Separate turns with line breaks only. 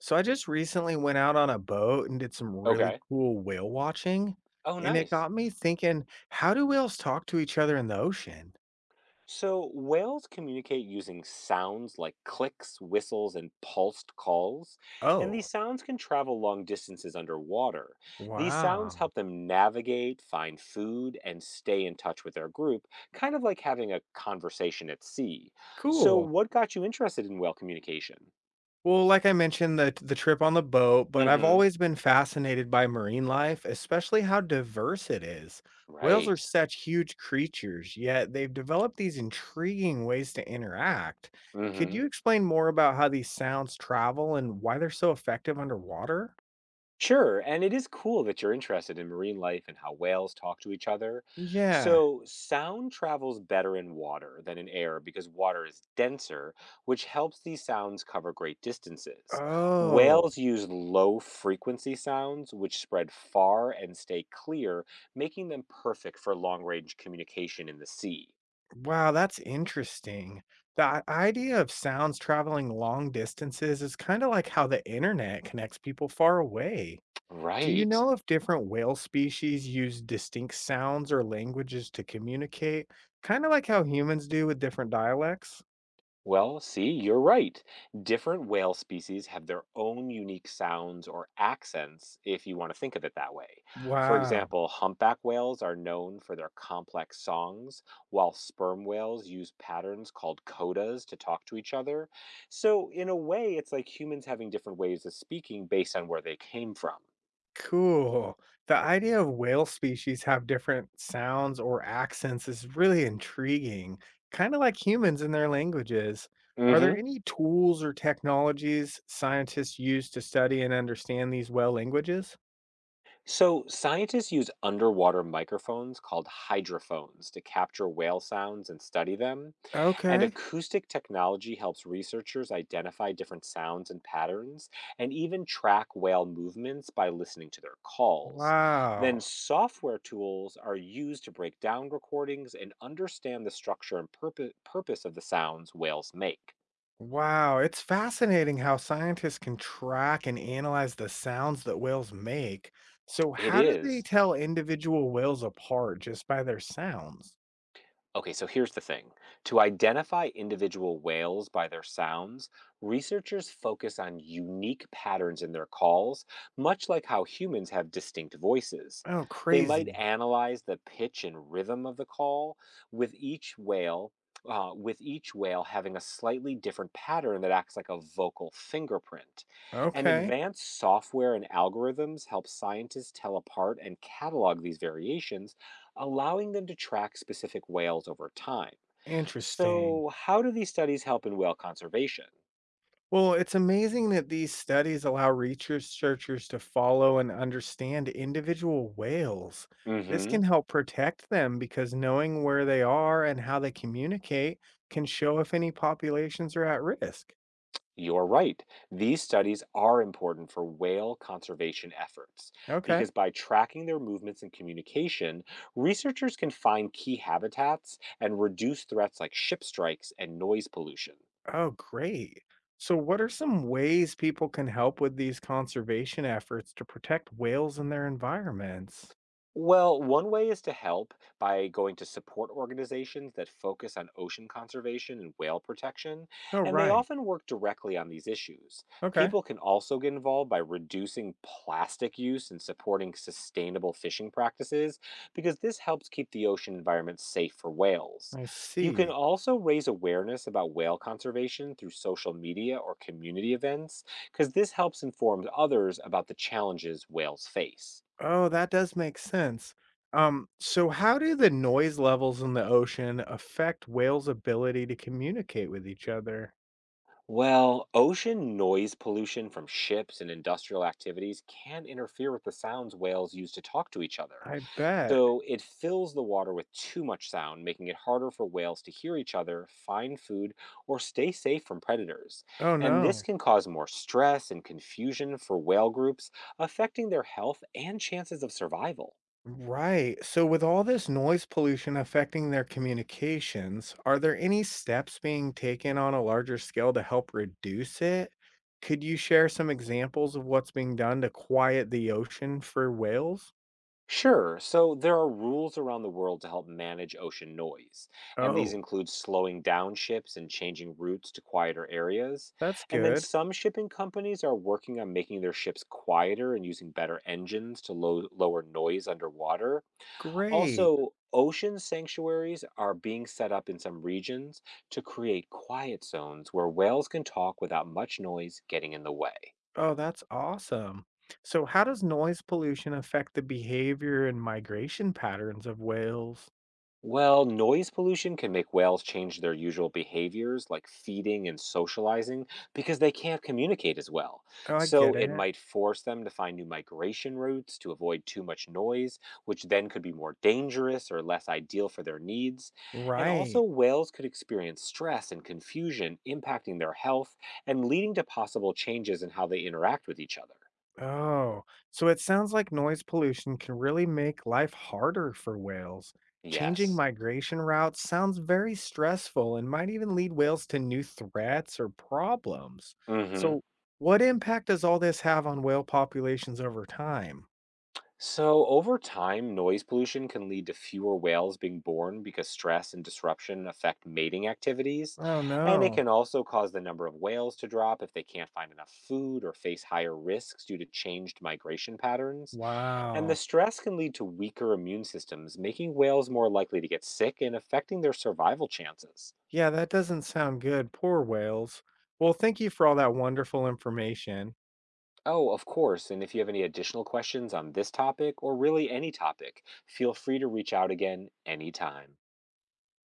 So I just recently went out on a boat and did some really
Okay.
cool whale watching,
Oh,
and it
nice.
got me thinking, how do whales talk to each other in the ocean?
So whales communicate using sounds like clicks, whistles, and pulsed calls, and
Oh,
these sounds can travel long distances underwater. These sounds
wow.
help them navigate, find food, and stay in touch with their group, kind of like having a conversation at sea. So,
Cool.
what got you interested in whale communication?
Well, like I mentioned the trip on the boat, but
Mm
I've
hmm.
always been fascinated by marine life, especially how diverse it is. Whales are
Right.
such huge creatures, yet they've developed these intriguing ways to interact.
Mm
Could
hmm.
you explain more about how these sounds travel and why they're so effective underwater?
Sure, and it is cool that you're interested in marine life and how whales talk to each other.
Yeah.
So, sound travels better in water than in air because water is denser, which helps these sounds cover great distances.
Oh,
Whales use low frequency sounds, which spread far and stay clear, making them perfect for long range communication in the sea.
wow, that's interesting. The I idea of sounds traveling long distances is kind of like how the internet connects people far away. Do you
Right.
know if different whale species use distinct sounds or languages to communicate, kind of like how humans do with different dialects?
Well, see, you're right. Different whale species have their own unique sounds or accents, if you want to think of it that way. For
Wow.
example, humpback whales are known for their complex songs, while sperm whales use patterns called codas to talk to each other. So, in a way, it's like humans having different ways of speaking based on where they came from.
Cool. The idea of whale species have different sounds or accents is really intriguing, kind of like humans in their languages. Are there
Hmm.
any tools or technologies scientists use to study and understand these whale languages?
So, scientists use underwater microphones called hydrophones to capture whale sounds and study them. And
Okay.
acoustic technology helps researchers identify different sounds and patterns, and even track whale movements by listening to their calls. Then,
Wow.
software tools are used to break down recordings and understand the structure and purpose of the sounds whales make.
Wow, it's fascinating how scientists can track and analyze the sounds that whales make. So,
It
how do they
is.
tell individual whales apart just by their sounds?
Okay, so here's the thing. To identify individual whales by their sounds, researchers focus on unique patterns in their calls, much like how humans have distinct voices.
Oh,
They might
crazy.
analyze the pitch and rhythm of the call, with each whale, with each whale having a slightly different pattern that acts like a vocal fingerprint. And
Okay.
advanced software and algorithms help scientists tell apart and catalog these variations, allowing them to track specific whales over time.
Interesting.
So, how do these studies help in whale conservation?
Well, it's amazing that these studies allow researchers to follow and understand individual whales. This
Hmm.
can help protect them because knowing where they are and how they communicate can show if any populations are at risk.
You're right. These studies are important for whale conservation efforts because
Okay.
by tracking their movements and communication, researchers can find key habitats and reduce threats like ship strikes and noise pollution.
Oh, great. So, what are some ways people can help with these conservation efforts to protect whales and their environments?
Well, one way is to help by going to support organizations that focus on ocean conservation and whale protection,
Oh,
and they
right.
often work directly on these issues.
Okay.
People can also get involved by reducing plastic use and supporting sustainable fishing practices because this helps keep the ocean environment safe for whales.
I
You can
see.
also raise awareness about whale conservation through social media or community events because this helps inform others about the challenges whales face.
Oh, that does make sense. So how do the noise levels in the ocean affect whales' ability to communicate with each other?
Well, ocean noise pollution from ships and industrial activities can interfere with the sounds whales use to talk to each other.
I bet.
So it fills the water with too much sound, making it harder for whales to hear each other, find food, or stay safe from predators.
Oh
And this
no.
can cause more stress and confusion for whale groups, affecting their health and chances of survival.
Right. So with all this noise pollution affecting their communications, are there any steps being taken on a larger scale to help reduce it? Could you share some examples of what's being done to quiet the ocean for whales?
Sure. So there are rules around the world to help manage ocean noise, and these
Oh,
include slowing down ships and changing routes to quieter areas.
that's
And then
good.
some shipping companies are working on making their ships quieter and using better engines to lower noise underwater.
Great.
Also, ocean sanctuaries are being set up in some regions to create quiet zones where whales can talk without much noise getting in the way.
Oh, that's awesome. So, how does noise pollution affect the behavior and migration patterns of whales?
Well, noise pollution can make whales change their usual behaviors like feeding and socializing because they can't communicate as well.
Oh, I
So
get
it
it.
might force them to find new migration routes to avoid too much noise, which then could be more dangerous or less ideal for their needs. And also,
Right.
whales could experience stress and confusion, impacting their health and leading to possible changes in how they interact with each other.
Oh, so it sounds like noise pollution can really make life harder for whales. Changing
Yes.
migration routes sounds very stressful and might even lead whales to new threats or problems.
Mm hmm.
So, what impact does all this have on whale populations over time?
So, over time, noise pollution can lead to fewer whales being born because stress and disruption affect mating activities.
Oh,
And it
no.
can also cause the number of whales to drop if they can't find enough food or face higher risks due to changed migration patterns. And the
Wow.
stress can lead to weaker immune systems, making whales more likely to get sick and affecting their survival chances.
Yeah, that doesn't sound good. Poor whales. Well, thank you for all that wonderful information.
Oh, of course. And if you have any additional questions on this topic or really any topic, feel free to reach out again anytime.